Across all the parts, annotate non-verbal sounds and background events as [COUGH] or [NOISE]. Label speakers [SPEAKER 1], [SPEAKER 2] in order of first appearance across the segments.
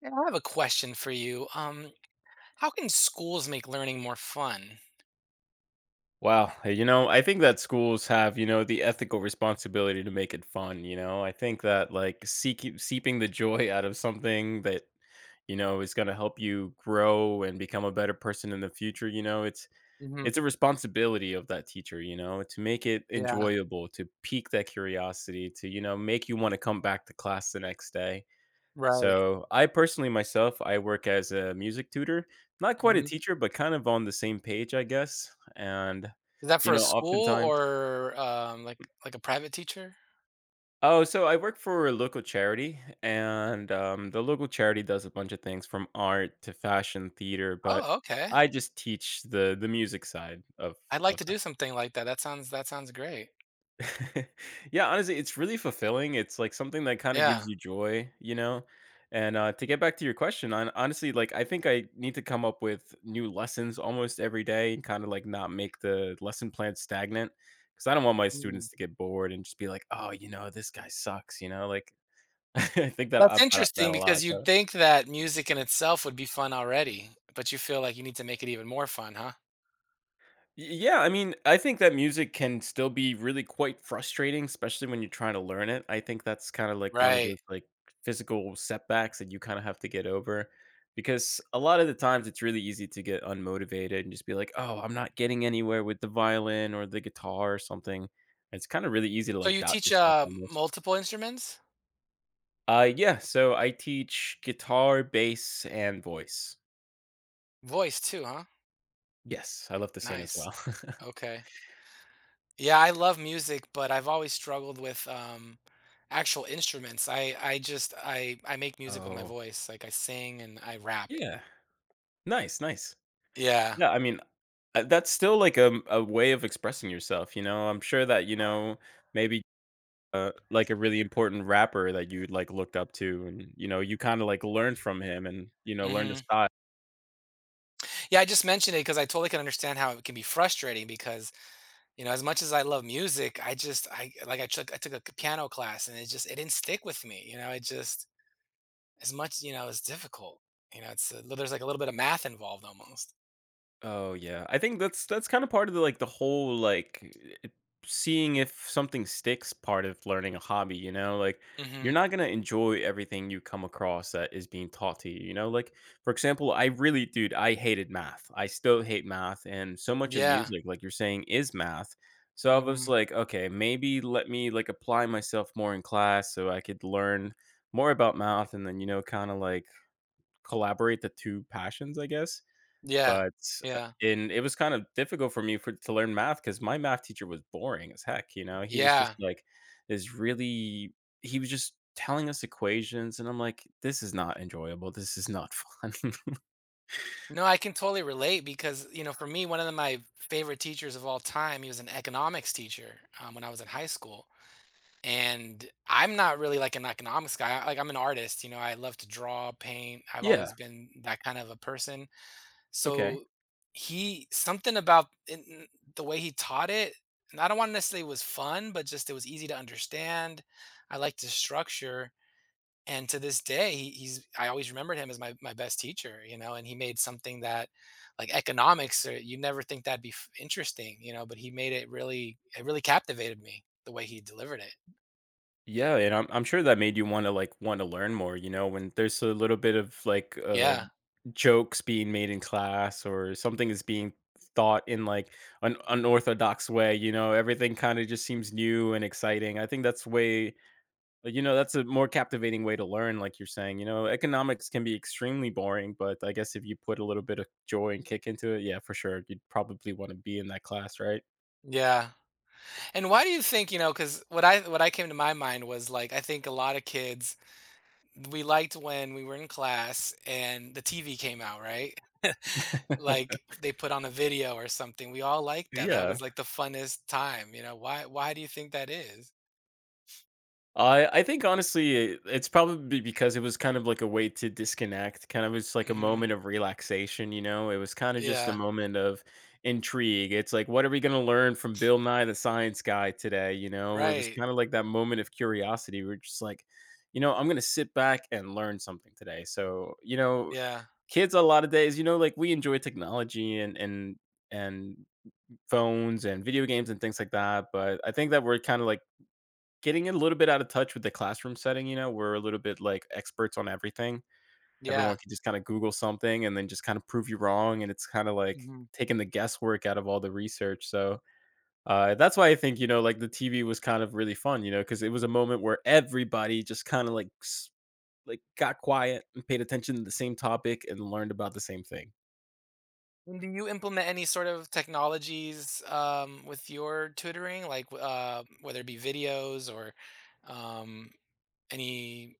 [SPEAKER 1] Yeah, I have a question for you. How can schools make learning more fun?
[SPEAKER 2] Wow, you know, I think that schools have, you know, the ethical responsibility to make it fun, you know? I think that, like, seeking seeping the joy out of something that, you know, is gonna help you grow and become a better person in the future, you know? It's
[SPEAKER 1] hmm
[SPEAKER 2] it's a responsibility of that teacher, you know, to make it
[SPEAKER 1] Yeah,
[SPEAKER 2] enjoyable, to pique that curiosity, to, you know, make you wanna come back to class the next day.
[SPEAKER 1] right.
[SPEAKER 2] So, I personally myself, I work as a music tutor, not quite a
[SPEAKER 1] hmm
[SPEAKER 2] teacher, but kind of on the same page, I guess. And,
[SPEAKER 1] Is that
[SPEAKER 2] you
[SPEAKER 1] for a
[SPEAKER 2] know,
[SPEAKER 1] school
[SPEAKER 2] oftentimes.
[SPEAKER 1] or like a private teacher?
[SPEAKER 2] Oh, so I work for a local charity, and the local charity does a bunch of things from art to fashion, theater, but
[SPEAKER 1] Oh, okay.
[SPEAKER 2] I just teach the music side of
[SPEAKER 1] I'd like
[SPEAKER 2] of.
[SPEAKER 1] to do something like that. That sounds great.
[SPEAKER 2] [LAUGHS] Yeah, honestly, it's really fulfilling. It's like something that kind of
[SPEAKER 1] Yeah.
[SPEAKER 2] gives you joy, you know? And to get back to your question, on honestly, like I think I need to come up with new lessons almost every day and kind of like not make the lesson plan stagnant because I don't want my
[SPEAKER 1] Mm.
[SPEAKER 2] students to get bored and just be like, oh, you know, this guy sucks, you know? Like [LAUGHS] I think that
[SPEAKER 1] That's
[SPEAKER 2] about
[SPEAKER 1] interesting
[SPEAKER 2] that a
[SPEAKER 1] because
[SPEAKER 2] lot.
[SPEAKER 1] you'd
[SPEAKER 2] So
[SPEAKER 1] think that music in itself would be fun already, but you feel like you need to make it even more fun, huh?
[SPEAKER 2] Yeah, I mean, I think that music can still be really quite frustrating, especially when you're trying to learn it. I think that's kind of like one of
[SPEAKER 1] Right.
[SPEAKER 2] those like physical setbacks that you kind of have to get over because a lot of the times it's really easy to get unmotivated and just be like, "Oh, I'm not getting anywhere with the violin or the guitar or something." It's kind of really easy to
[SPEAKER 1] So
[SPEAKER 2] like
[SPEAKER 1] you
[SPEAKER 2] doubt
[SPEAKER 1] teach
[SPEAKER 2] yourself on this.
[SPEAKER 1] multiple instruments,
[SPEAKER 2] Yeah, so I teach guitar, bass, and voice.
[SPEAKER 1] voice too, huh?
[SPEAKER 2] Yes, I love to sing as
[SPEAKER 1] Nice.
[SPEAKER 2] well. [LAUGHS]
[SPEAKER 1] Okay. Yeah, I love music, but I've always struggled with, actual instruments. I just I make music with my
[SPEAKER 2] Oh,
[SPEAKER 1] voice, like, I sing and I rap.
[SPEAKER 2] yeah. Nice, nice.
[SPEAKER 1] Yeah.
[SPEAKER 2] Yeah, I mean, that's still like a way of expressing yourself, you know? I'm sure that, you know, maybe, like a really important rapper that you'd, like, looked up to and, you know, you kinda, like, learned from him and, you know, learned the
[SPEAKER 1] Mhm.
[SPEAKER 2] style.
[SPEAKER 1] Yeah, I just mentioned it because I totally can understand how it can be frustrating because, you know, as much as I love music, I just I like, I took a piano class, and it didn't stick with me, you know? It's difficult. You know, it's a there's, like, a little bit of math involved almost.
[SPEAKER 2] Oh, yeah. I think that's kinda part of the, like, the whole, like, it seeing if something sticks part of learning a hobby, you know? Like, you're
[SPEAKER 1] Mhm.
[SPEAKER 2] not gonna enjoy everything you come across that is being taught to you, you know? Like, for example, I really dude, I hated math. I still hate math, and so much of
[SPEAKER 1] Yeah.
[SPEAKER 2] music, like you're saying, is math. So I was
[SPEAKER 1] Mhm.
[SPEAKER 2] like, "Okay, maybe let me, like, apply myself more in class so I could learn more about math and then, you know, kinda, like, collaborate the 2 passions, I guess?"
[SPEAKER 1] Yeah.
[SPEAKER 2] But,
[SPEAKER 1] Yeah.
[SPEAKER 2] and it was kind of difficult for me for to learn math because my math teacher was boring as heck, you know? He was just,
[SPEAKER 1] Yeah.
[SPEAKER 2] like, this really he was just telling us equations, and I'm like, "This is not enjoyable, this is not fun." [LAUGHS]
[SPEAKER 1] No, I can totally relate because, you know, for me, my favorite teachers of all time, he was an economics teacher when I was in high school. And I'm not really like an economics guy. Like, I'm an artist, you know, I love to draw, paint. I've
[SPEAKER 2] Yeah,
[SPEAKER 1] always been that kind of a person.
[SPEAKER 2] okay.
[SPEAKER 1] So he, something about in the way he taught it, and I don't want to necessarily it was fun, but just it was easy to understand. I liked the structure, and to this day he's I always remembered him as my best teacher, you know. And he made something that like economics, or you never think that'd be interesting, you know, but he made it really, it really captivated me the way he delivered it.
[SPEAKER 2] Yeah, and I'm sure that made you wanna, like, wanna learn more, you know, when there's a little bit of, like,
[SPEAKER 1] Yeah.
[SPEAKER 2] jokes being made in class or something is being thought in, like, an unorthodox way, you know, everything kinda just seems new and exciting. I think that's way. But, you know, that's a more captivating way to learn, like you're saying. You know, economics can be extremely boring, but I guess if you put a little bit of joy and kick into it, yeah, for sure, you'd probably want to be in that class, right?
[SPEAKER 1] Yeah. And why do you think, you know, because what I came to my mind was, like, I think a lot of kids, we liked when we were in class and the TV came out, right? [LAUGHS] Like, they put on a video or something, we all liked that. That
[SPEAKER 2] Yeah,
[SPEAKER 1] was like the funnest time, you know? Why do you think that is?
[SPEAKER 2] I think honestly, it's probably because it was kind of like a way to disconnect, kind of it's like a
[SPEAKER 1] hmm
[SPEAKER 2] moment of relaxation, you know? It was kind of just a
[SPEAKER 1] Yeah.
[SPEAKER 2] moment of intrigue. It's like, what are we going to learn from Bill Nye the Science Guy today, you know? It was
[SPEAKER 1] Right.
[SPEAKER 2] kind of like that moment of curiosity. We're just like, you know, I'm going to sit back and learn something today. So, you know,
[SPEAKER 1] Yeah.
[SPEAKER 2] kids a lot of days, you know, like we enjoy technology and phones and video games and things like that, but I think that we're kind of like getting a little bit out of touch with the classroom setting, you know, we're a little bit like experts on everything.
[SPEAKER 1] Yeah.
[SPEAKER 2] Everyone can just kinda Google something and then just kinda prove you wrong, and it's kinda like
[SPEAKER 1] hmm
[SPEAKER 2] taking the guesswork out of all the research, so, that's why I think, you know, like, the TV was kind of really fun, you know, because it was a moment where everybody just kinda like, got quiet and paid attention to the same topic and learned about the same thing.
[SPEAKER 1] And do you implement any sort of technologies with your tutoring, like whether it be videos or um, any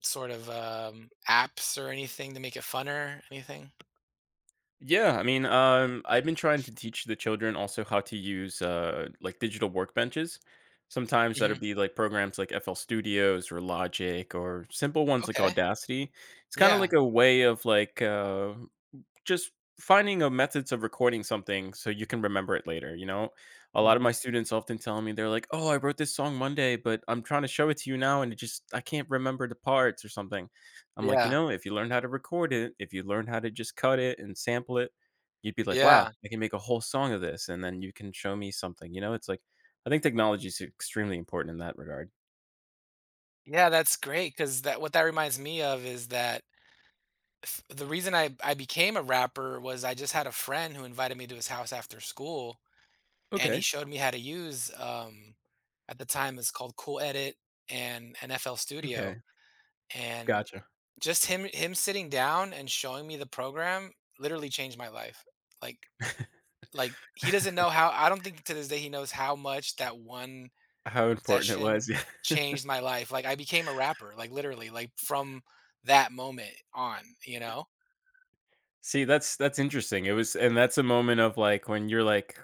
[SPEAKER 1] sort of apps or anything to make it funner? Anything?
[SPEAKER 2] Yeah, I mean, I've been trying to teach the children also how to use like digital workbenches. Sometimes that'll
[SPEAKER 1] hmm
[SPEAKER 2] be like programs like FL Studios or Logic or simple ones like
[SPEAKER 1] Okay.
[SPEAKER 2] Audacity. It's kind of
[SPEAKER 1] Yeah.
[SPEAKER 2] like a way of like just finding a methods of recording something so you can remember it later, you know? A lot of my
[SPEAKER 1] hmm
[SPEAKER 2] students often tell me they're like, "Oh, I wrote this song Monday, but I'm trying to show it to you now and it just I can't remember the parts or something." I'm like, "You
[SPEAKER 1] Yeah.
[SPEAKER 2] know, if you learned how to record it, if you learned how to just cut it and sample it, you'd be like, "Wow,
[SPEAKER 1] Yeah.
[SPEAKER 2] I can make a whole song of this." And then you can show me something, you know? It's like I think technology is extremely important in that regard.
[SPEAKER 1] Yeah. That's great because that what that reminds me of is that the reason I became a rapper was I just had a friend who invited me to his house after school, and he
[SPEAKER 2] Okay.
[SPEAKER 1] showed me how to use, at the time it's called Cool Edit and NFL Studio,
[SPEAKER 2] Okay.
[SPEAKER 1] and
[SPEAKER 2] Gotcha.
[SPEAKER 1] just him sitting down and showing me the program literally changed my life. Like like he doesn't know how. I don't think to this day he knows how much that one
[SPEAKER 2] How important it
[SPEAKER 1] session
[SPEAKER 2] was. [LAUGHS]
[SPEAKER 1] changed my life. Like, I became a rapper, like literally, like from that moment on. You know?
[SPEAKER 2] See, that's interesting. It was and that's a moment of, like, when you're, like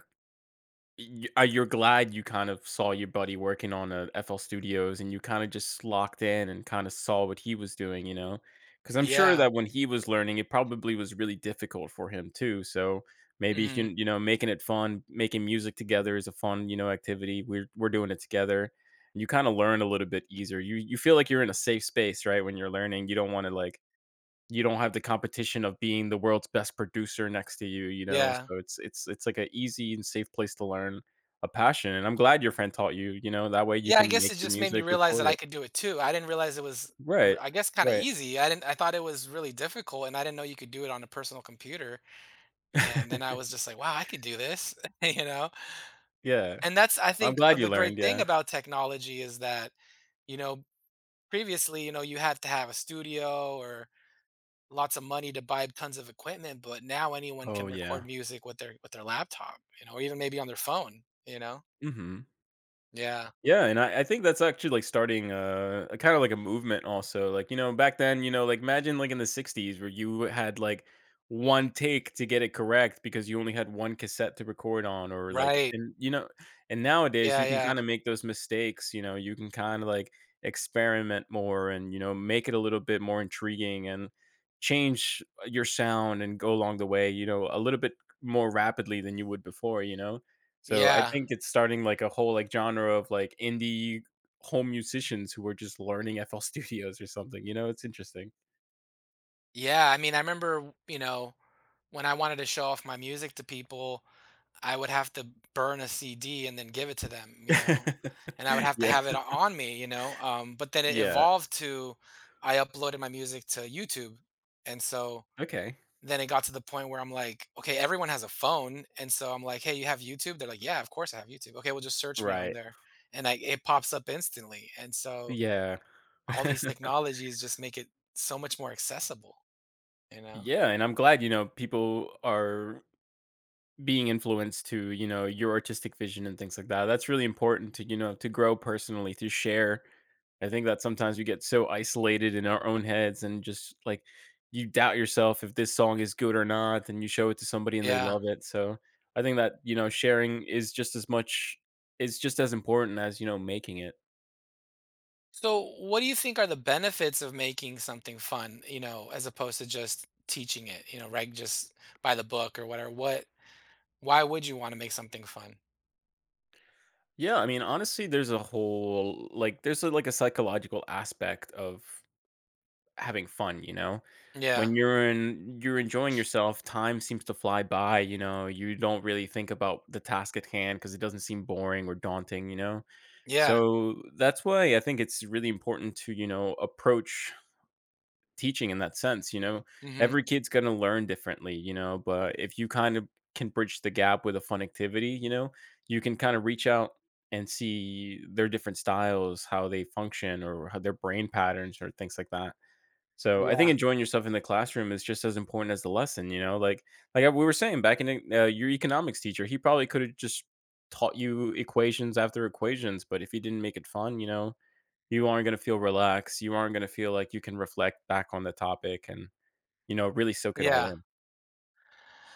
[SPEAKER 2] y you're glad you kind of saw your buddy working on a FL Studios, and you kinda just locked in and kinda saw what he was doing, you know? Because 'Cause I'm sure
[SPEAKER 1] Yeah.
[SPEAKER 2] that when he was learning, it probably was really difficult for him too, so maybe he
[SPEAKER 1] hmm
[SPEAKER 2] can, you know, making it fun, making music together is a fun, you know, activity. We're doing it together. You kinda learn a little bit easier. You feel like you're in a safe space, right, when you're learning. You don't wanna, like, you don't have the competition of being the world's best producer next to you, you know?
[SPEAKER 1] Yeah.
[SPEAKER 2] So it's like an easy and safe place to learn a passion, and I'm glad your friend taught you, you know, that way you
[SPEAKER 1] Yeah, I
[SPEAKER 2] can
[SPEAKER 1] guess
[SPEAKER 2] make
[SPEAKER 1] it
[SPEAKER 2] your
[SPEAKER 1] just made me
[SPEAKER 2] music,
[SPEAKER 1] realize that
[SPEAKER 2] record
[SPEAKER 1] I
[SPEAKER 2] it.
[SPEAKER 1] could do it too. I didn't realize it was,
[SPEAKER 2] Right.
[SPEAKER 1] I guess, kind of
[SPEAKER 2] Right.
[SPEAKER 1] easy. I didn't, I thought it was really difficult, and I didn't know you could do it on a personal computer. And then I
[SPEAKER 2] [LAUGHS]
[SPEAKER 1] was just like, wow, I could do this, [LAUGHS] you know.
[SPEAKER 2] Yeah.
[SPEAKER 1] And that's, I
[SPEAKER 2] I'm
[SPEAKER 1] think,
[SPEAKER 2] glad you
[SPEAKER 1] the great
[SPEAKER 2] learned,
[SPEAKER 1] thing
[SPEAKER 2] yeah.
[SPEAKER 1] about technology is that, you know, previously, you know, you had to have a studio or lots of money to buy tons of equipment, but now anyone
[SPEAKER 2] Oh,
[SPEAKER 1] can
[SPEAKER 2] yeah.
[SPEAKER 1] record music with their laptop, you know, or even maybe on their phone, you know.
[SPEAKER 2] Mhm.
[SPEAKER 1] Yeah.
[SPEAKER 2] Yeah, and I think that's actually like starting a kind of like a movement also. Like, you know, back then, you know, like imagine like in the 60s where you had like one take to get it correct because you only had one cassette to record on or like
[SPEAKER 1] Right.
[SPEAKER 2] and you know, and nowadays
[SPEAKER 1] Yeah.
[SPEAKER 2] you can
[SPEAKER 1] Yeah.
[SPEAKER 2] kind of make those mistakes, you know, you can kind of like experiment more and you know, make it a little bit more intriguing and change your sound and go along the way, you know, a little bit more rapidly than you would before, you know. So I
[SPEAKER 1] Yeah.
[SPEAKER 2] think it's starting like a whole like genre of like indie home musicians who are just learning FL [LAUGHS] Studios or something, you know, it's interesting.
[SPEAKER 1] Yeah, I mean, I remember, you know, when I wanted to show off my music to people, I would have to burn a CD and then give it to them, you know, and I would
[SPEAKER 2] [LAUGHS]
[SPEAKER 1] have to
[SPEAKER 2] Yeah,
[SPEAKER 1] have it on me, you know. But then it
[SPEAKER 2] yeah,
[SPEAKER 1] evolved to I uploaded my music to YouTube. And so
[SPEAKER 2] okay,
[SPEAKER 1] then it got to the point where I'm like, okay, everyone has a phone. And so I'm like, hey, you have YouTube? They're like, yeah, of course I have YouTube. Okay, well, just search me on
[SPEAKER 2] right,
[SPEAKER 1] there. And I, it pops up instantly. And so
[SPEAKER 2] yeah.
[SPEAKER 1] all these
[SPEAKER 2] [LAUGHS]
[SPEAKER 1] technologies just make it so much more accessible, you know?
[SPEAKER 2] Yeah, and I'm glad, you know, people are being influenced to, you know, your artistic vision and things like that. That's really important to, you know, to grow personally, to share. I think that sometimes we get so isolated in our own heads and just like you doubt yourself if this song is good or not, and you show it to somebody and they
[SPEAKER 1] Yeah.
[SPEAKER 2] love it. So I think that, you know, sharing is just as much is just as important as, you know, making it.
[SPEAKER 1] So, what do you think are the benefits of making something fun, you know, as opposed to just teaching it, you know, right? Just by the book or whatever. What, why would you want to make something fun?
[SPEAKER 2] Yeah, I mean, honestly, there's a whole like there's a, like a psychological aspect of having fun, you know?
[SPEAKER 1] Yeah.
[SPEAKER 2] When you're enjoying yourself, time seems to fly by, you know? You don't really think about the task at hand because it doesn't seem boring or daunting, you know?
[SPEAKER 1] Yeah.
[SPEAKER 2] So, that's why I think it's really important to, you know, approach teaching in that sense, you know?
[SPEAKER 1] hmm
[SPEAKER 2] Every kid's gonna learn differently, you know? But if you kind of can bridge the gap with a fun activity, you know, you can kind of reach out and see their different styles, how they function or how their brain patterns or things like that. So I think
[SPEAKER 1] Yeah.
[SPEAKER 2] enjoying yourself in the classroom is just as important as the lesson, you know. Like, we were saying back in your economics teacher, he probably could have just taught you equations after equations, but if he didn't make it fun, you know, you aren't gonna feel relaxed. You aren't gonna feel like you can reflect back on the topic and really soak it all
[SPEAKER 1] Yeah.
[SPEAKER 2] in.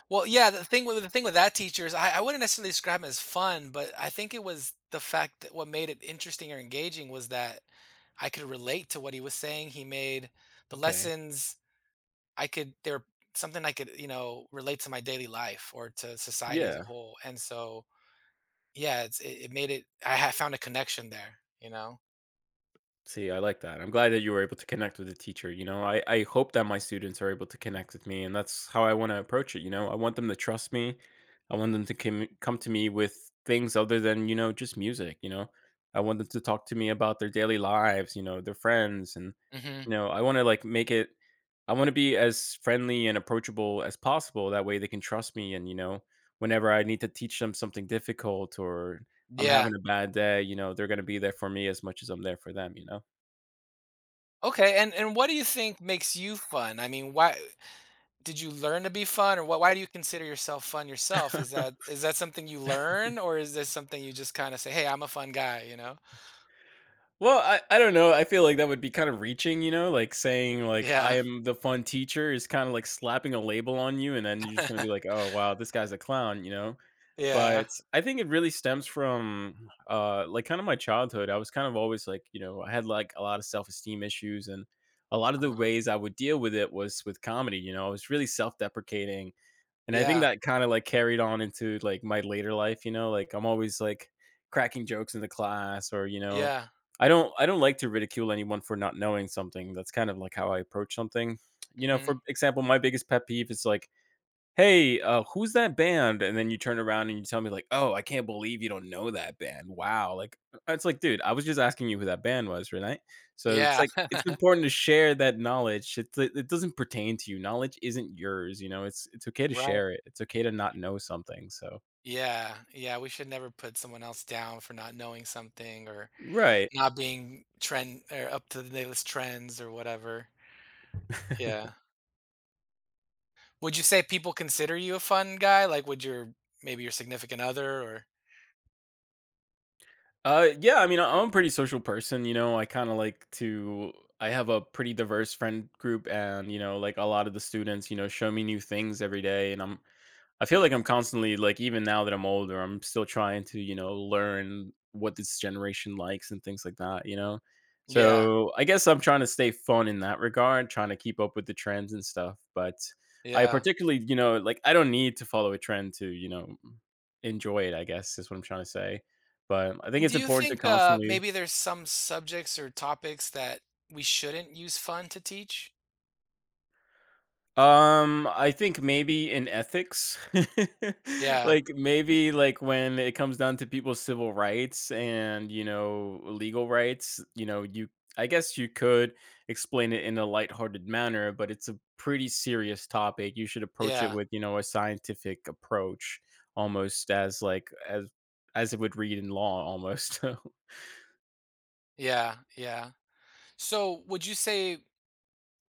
[SPEAKER 1] Well, yeah, the thing with that teacher is I wouldn't necessarily describe him as fun, but I think it was the fact that what made it interesting or engaging was that I could relate to what he was saying. He made the
[SPEAKER 2] Okay.
[SPEAKER 1] lessons I could they're something I could, you know, relate to my daily life or to society as a
[SPEAKER 2] Yeah.
[SPEAKER 1] whole. And so, yeah, it's it, it made it I had found a connection there, you know.
[SPEAKER 2] See, I like that. I'm glad that you were able to connect with the teacher. You know, I hope that my students are able to connect with me, and that's how I want to approach it. You know, I want them to trust me. I want them to come to me with things other than, you know, just music. You know, I want them to talk to me about their daily lives, you know, their friends. And,
[SPEAKER 1] Mhm.
[SPEAKER 2] you know, I want to be as friendly and approachable as possible. That way they can trust me. And, you know, whenever I need to teach them something difficult or I'm
[SPEAKER 1] Yeah.
[SPEAKER 2] having a bad day, you know, they're going to be there for me as much as I'm there for them, you know?
[SPEAKER 1] Okay. And what do you think makes you fun? I mean, why did you learn to be fun, or what, why do you consider yourself fun yourself? Is that, is that something you learn, or is this something you just kind of say, "Hey, I'm a fun guy," you know?
[SPEAKER 2] Well, I don't know, I feel like that would be kind of reaching, you know, like saying like, "I
[SPEAKER 1] Yeah.
[SPEAKER 2] am the fun teacher" is kinda like slapping a label on you, and then you're just gonna be
[SPEAKER 1] [LAUGHS]
[SPEAKER 2] like, "Oh, wow, this guy's a clown," you know?
[SPEAKER 1] Yeah.
[SPEAKER 2] But I think it really stems from, like, kind of my childhood. I was kind of always like, you know, I had, like, a lot of self-esteem issues, and a lot of the
[SPEAKER 1] Uh-huh.
[SPEAKER 2] ways I would deal with it was with comedy, you know? I was really self-deprecating, and I think
[SPEAKER 1] Yeah.
[SPEAKER 2] that kind of like carried on into like my later life, you know, like I'm always like cracking jokes in the class or, you know,
[SPEAKER 1] Yeah.
[SPEAKER 2] I don't like to ridicule anyone for not knowing something. That's kind of like how I approach something. You know,
[SPEAKER 1] Mhm.
[SPEAKER 2] for example, my biggest pet peeve is like, "Hey, who's that band?" And then you turn around and you tell me like, "Oh, I can't believe you don't know that band. Wow." Like, it's like, "Dude, I was just asking you who that band was, right?" So it's
[SPEAKER 1] Yeah.
[SPEAKER 2] like
[SPEAKER 1] [LAUGHS]
[SPEAKER 2] it's important to share that knowledge. It doesn't pertain to you. Knowledge isn't yours, you know? It's okay to
[SPEAKER 1] Right.
[SPEAKER 2] share it. It's okay to not know something, so.
[SPEAKER 1] Yeah, yeah, we should never put someone else down for not knowing something or
[SPEAKER 2] Right.
[SPEAKER 1] not being trend or up to the latest trends or whatever. Yeah. Would you say people consider you a fun guy? Like, would your maybe your significant other or
[SPEAKER 2] Yeah, I mean, I'm a pretty social person, you know, I kinda like to. I have a pretty diverse friend group and, you know, like, a lot of the students, you know, show me new things every day, and I feel like I'm constantly like even now that I'm older, I'm still trying to, you know, learn what this generation likes and things like that, you know?
[SPEAKER 1] yeah,
[SPEAKER 2] So I guess I'm trying to stay fun in that regard, trying to keep up with the trends and stuff. But I
[SPEAKER 1] yeah.
[SPEAKER 2] particularly, you know, like I don't need to follow a trend to, you know, enjoy it, I guess is what I'm trying to say. But I think
[SPEAKER 1] And do
[SPEAKER 2] it's
[SPEAKER 1] you
[SPEAKER 2] important to
[SPEAKER 1] think
[SPEAKER 2] constantly.
[SPEAKER 1] maybe there's some subjects or topics that we shouldn't use fun to teach?
[SPEAKER 2] I think maybe in ethics, [LAUGHS]
[SPEAKER 1] Yeah,
[SPEAKER 2] like maybe like when it comes down to people's civil rights and you know legal rights, you know you I guess you could explain it in a lighthearted manner, but it's a pretty serious topic. You should approach it
[SPEAKER 1] yeah,
[SPEAKER 2] with you know a scientific approach, almost as like as it would read in law, almost. [LAUGHS]
[SPEAKER 1] yeah, yeah. So, would you say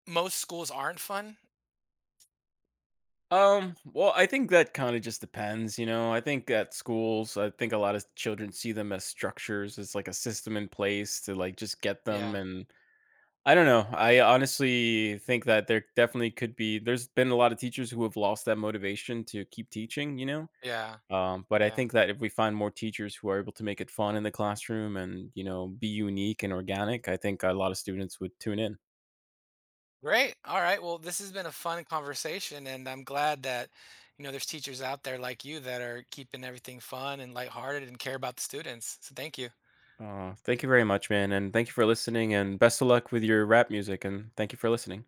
[SPEAKER 1] most schools aren't fun?
[SPEAKER 2] Well, I think that kind of just depends, you know. I think at schools, I think a lot of children see them as structures, as like a system in place to like just get them,
[SPEAKER 1] Yeah,
[SPEAKER 2] and I don't know. I honestly think that there definitely could be there's been a lot of teachers who have lost that motivation to keep teaching, you know.
[SPEAKER 1] yeah,
[SPEAKER 2] But I
[SPEAKER 1] yeah.
[SPEAKER 2] think that if we find more teachers who are able to make it fun in the classroom and, you know, be unique and organic, I think a lot of students would tune in.
[SPEAKER 1] Great. All right. Well, this has been a fun conversation, and I'm glad that, you know, there's teachers out there like you that are keeping everything fun and lighthearted and care about the students. So thank you.
[SPEAKER 2] Aw, thank you very much, man, and thank you for listening, and best of luck with your rap music, and thank you for listening.